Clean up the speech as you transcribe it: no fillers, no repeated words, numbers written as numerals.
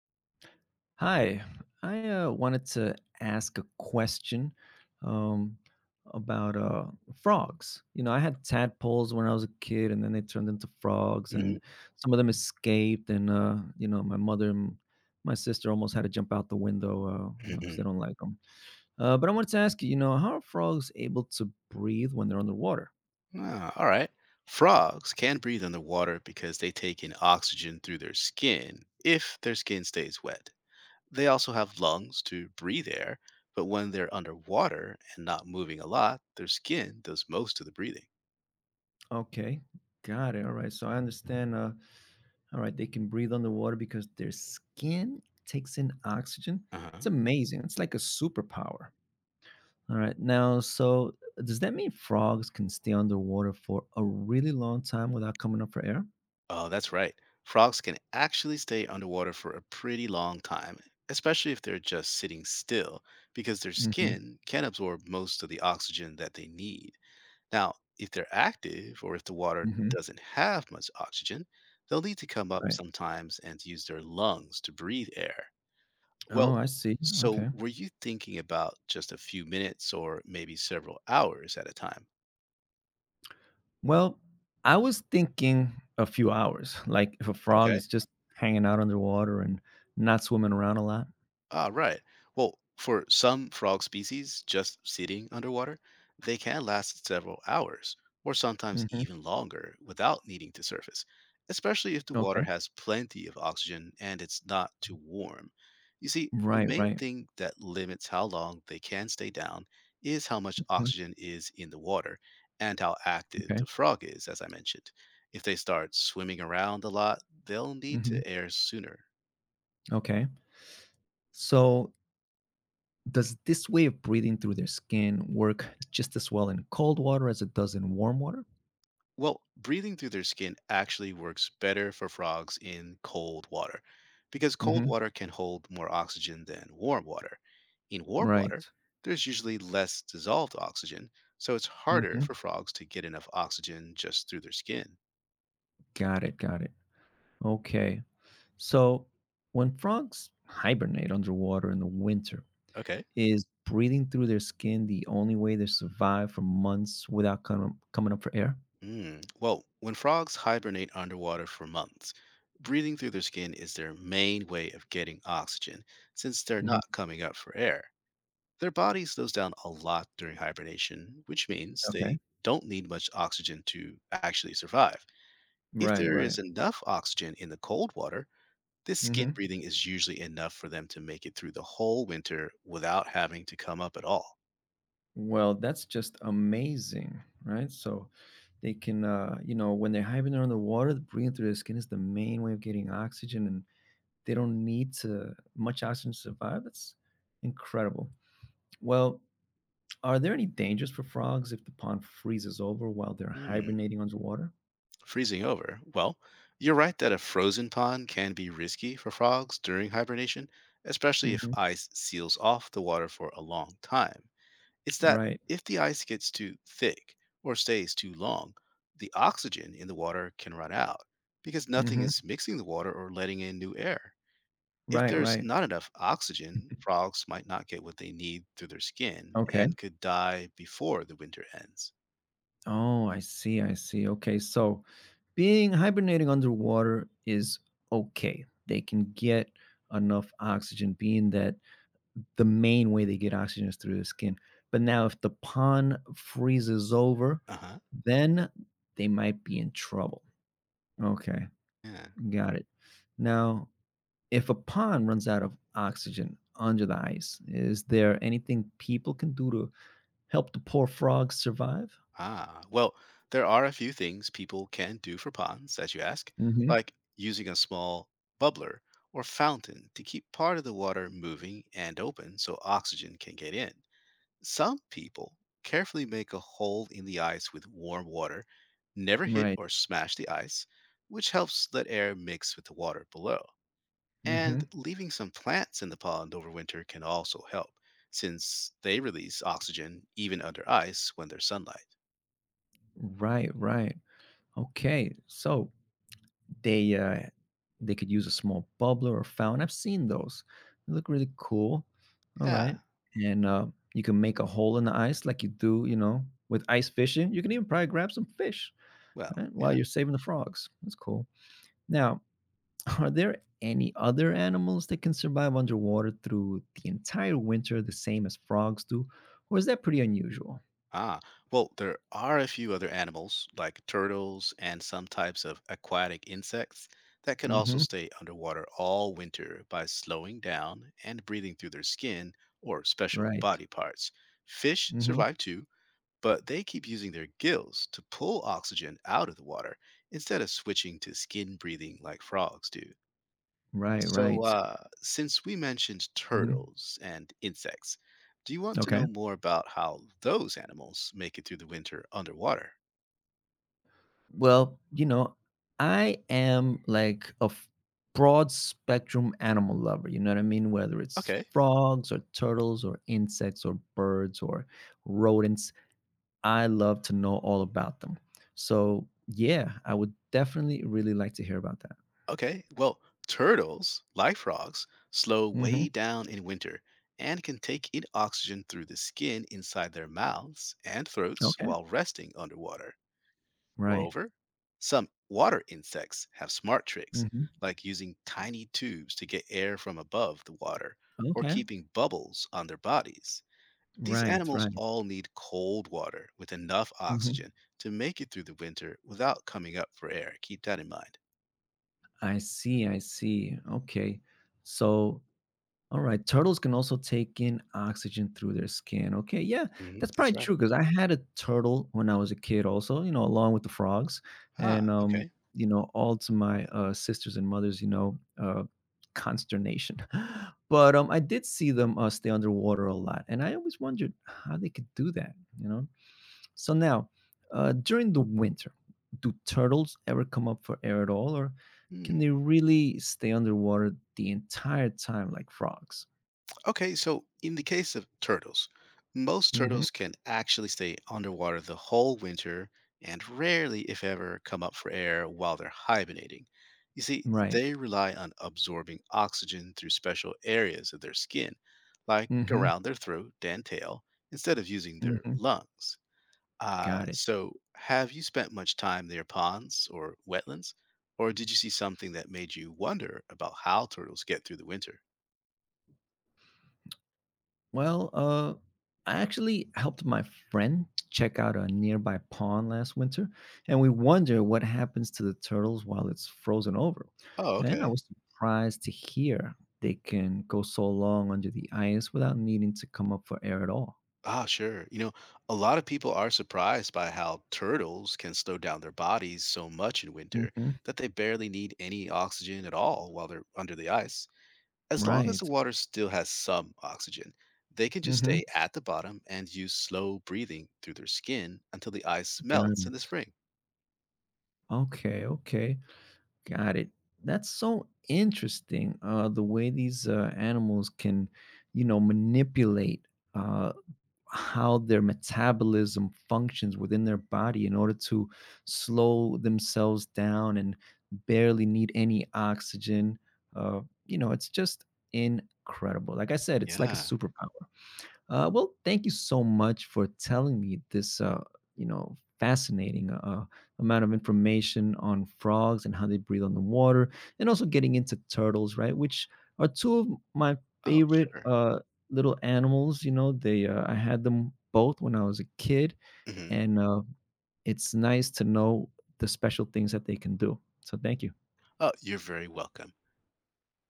Hi, I wanted to ask a question um, about frogs. You know, I had tadpoles when I was a kid, and then they turned into frogs, and Mhm, some of them escaped. And You know, my mother and my sister almost had to jump out the window, you know, because they mhm. don't like them. But I wanted to ask you, you know, how are frogs able to breathe when they're underwater? Ah, all right. Frogs can breathe underwater because they take in oxygen through their skin if their skin stays wet. They also have lungs to breathe air, but when they're underwater and not moving a lot, their skin does most of the breathing. Okay, got it. All right, so I understand. All right, they can breathe underwater because their skin takes in oxygen. It's Uh-huh. amazing. It's like a superpower. All right, now, so does that mean frogs can stay underwater for a really long time without coming up for air? Oh, that's right. Frogs can actually stay underwater for a pretty long time, especially if they're just sitting still, because their Mm-hmm. skin can absorb most of the oxygen that they need. Now, if they're active or if the water Mm-hmm. doesn't have much oxygen, they'll need to come up Right. sometimes and use their lungs to breathe air. Oh, Well, I see. so Okay. were you thinking about just a few minutes or maybe several hours at a time? Well, I was thinking a few hours, like if a frog Okay. is just hanging out underwater and not swimming around a lot. Ah, right. Well, for some frog species, just sitting underwater, they can last several hours, or sometimes Hmm. even longer, without needing to surface, especially if the water Okay. has plenty of oxygen and it's not too warm. You see, the Right. main Right. thing that limits how long they can stay down is how much Mhm. oxygen is in the water and how active Okay. the frog is, as I mentioned. If they start swimming around a lot, they'll need Hmm. to air sooner. Okay. So does this way of breathing through their skin work just as well in cold water as it does in warm water? Well, breathing through their skin actually works better for frogs in cold water because cold Mhm. water can hold more oxygen than warm water. In warm water, Right. there's usually less dissolved oxygen, so it's harder Mhm. for frogs to get enough oxygen just through their skin. Got it, got it. Okay. So, when frogs hibernate underwater in the winter, Okay. is breathing through their skin the only way they survive for months without coming up for air? Mm. Well, when frogs hibernate underwater for months, breathing through their skin is their main way of getting oxygen since they're Mhm. not coming up for air. Their body slows down a lot during hibernation, which means Okay. they don't need much oxygen to actually survive. If Right, there right. is enough oxygen in the cold water, this skin Mhm. breathing is usually enough for them to make it through the whole winter without having to come up at all. Well, that's just amazing, right? So they can, you know, when they're hiving under the water, the breathing through their skin is the main way of getting oxygen, and they don't need to much oxygen to survive. That's incredible. Well, are there any dangers for frogs if the pond freezes over while they're Hmm, hibernating underwater? freezing over. Well, you're right that a frozen pond can be risky for frogs during hibernation, especially if Hmm. ice seals off the water for a long time. It's that Right. if the ice gets too thick or stays too long, the oxygen in the water can run out because nothing Hmm. is mixing the water or letting in new air. If Right. there's Right. not enough oxygen, frogs might not get what they need through their skin Okay. and could die before the winter ends. Oh, I see. I see. Okay. So being hibernating underwater is okay. They can get enough oxygen, being that the main way they get oxygen is through the skin. But now, if the pond freezes over, Uh-huh. then they might be in trouble. Okay. Yeah. Got it. Now, if a pond runs out of oxygen under the ice, is there anything people can do to help the poor frogs survive? Ah. Well, there are a few things people can do for ponds, as you ask, Mm like using a small bubbler or fountain to keep part of the water moving and open so oxygen can get in. Some people carefully make a hole in the ice with warm water, never hmm. hit Right. or smash the ice, which helps let air mix with the water below. Mm hmm. And leaving some plants in the pond over winter can also help, since they release oxygen even under ice when there's sunlight. Right, right. Okay. So they uh they could use a small bubbler or fountain. I've seen those. They look really cool. All Yeah, right. And you can make a hole in the ice like you do, you know, with ice fishing. You can even probably grab some fish, well, right? While yeah. you're saving the frogs. That's cool. Now, are there any other animals that can survive underwater through the entire winter the same as frogs do? Or is that pretty unusual? Ah, well, there are a few other animals, like turtles and some types of aquatic insects, that can also Mm-hmm. stay underwater all winter by slowing down and breathing through their skin or special Right. body parts. Fish Mm-hmm. survive too, but they keep using their gills to pull oxygen out of the water instead of switching to skin breathing like frogs do. Right, So, right. Since we mentioned Mhm. turtles and insects, do you want to Okay. know more about how those animals make it through the winter underwater? Well, you know, I am like a broad spectrum animal lover. You know what I mean? Whether it's Okay, frogs or turtles or insects or birds or rodents, I love to know all about them. So, yeah, I would definitely really like to hear about that. okay. Well, turtles, like frogs, slow Hmm. way down in winter and can take in oxygen through the skin inside their mouths and throats Okay. while resting underwater. Right. Moreover, some water insects have smart tricks, Hmm. like using tiny tubes to get air from above the water or Okay. keeping bubbles on their bodies. These Right. animals Right. all need cold water with enough Hmm. oxygen to make it through the winter without coming up for air. Keep that in mind. I see. I see. Okay. So, all right. Turtles can also take in oxygen through their skin. Okay. Yeah, Hmm, that's probably that's right. true because I had a turtle when I was a kid, also, you know, along with the frogs. Ah, And, okay. you know, all to my sisters and mothers, you know, consternation. But I did see them stay underwater a lot. And I always wondered how they could do that, you know? So now, during the winter, do turtles ever come up for air at all? Or can Hmm. they really stay underwater the entire time like frogs? Okay, so in the case of turtles, most Mm. Mhm. turtles can actually stay underwater the whole winter and rarely, if ever, come up for air while they're hibernating. You see, Right. they rely on absorbing oxygen through special areas of their skin, like Mm. Mhm. around their throat and tail, instead of using Mm. their Mhm. lungs. Uh, Got it. so, have you spent much time near ponds or wetlands? Or did you see something that made you wonder about how turtles get through the winter? Well, I actually helped my friend check out a nearby pond last winter, and we wonder what happens to the turtles while it's frozen over. Oh, And I okay. was surprised to hear they can go so long under the ice without needing to come up for air at all. Ah, sure. You know, a lot of people are surprised by how turtles can slow down their bodies so much in Mm winter hmm that they barely need any oxygen at all while they're under the ice. As long as the Right. water still has some oxygen, they can mm just hmm stay at the bottom and use slow breathing through their skin until the ice Got melts in the it. spring. Okay. Okay. Got it. That's so interesting. The way these animals can, you know, manipulate uh, how their metabolism functions within their body in order to slow themselves down and barely need any oxygen. You know, it's just incredible. Like I said, it's like a Yeah. superpower. Well, thank you so much for telling me this, you know, fascinating amount of information on frogs and how they breathe on the water, and also getting into turtles, right? Which are two of my Oh, favorite sure. Little animals. You know, they I had them both when I was a kid, Hmm. and it's nice to know the special things that they can do. So, thank you. Oh, you're very welcome.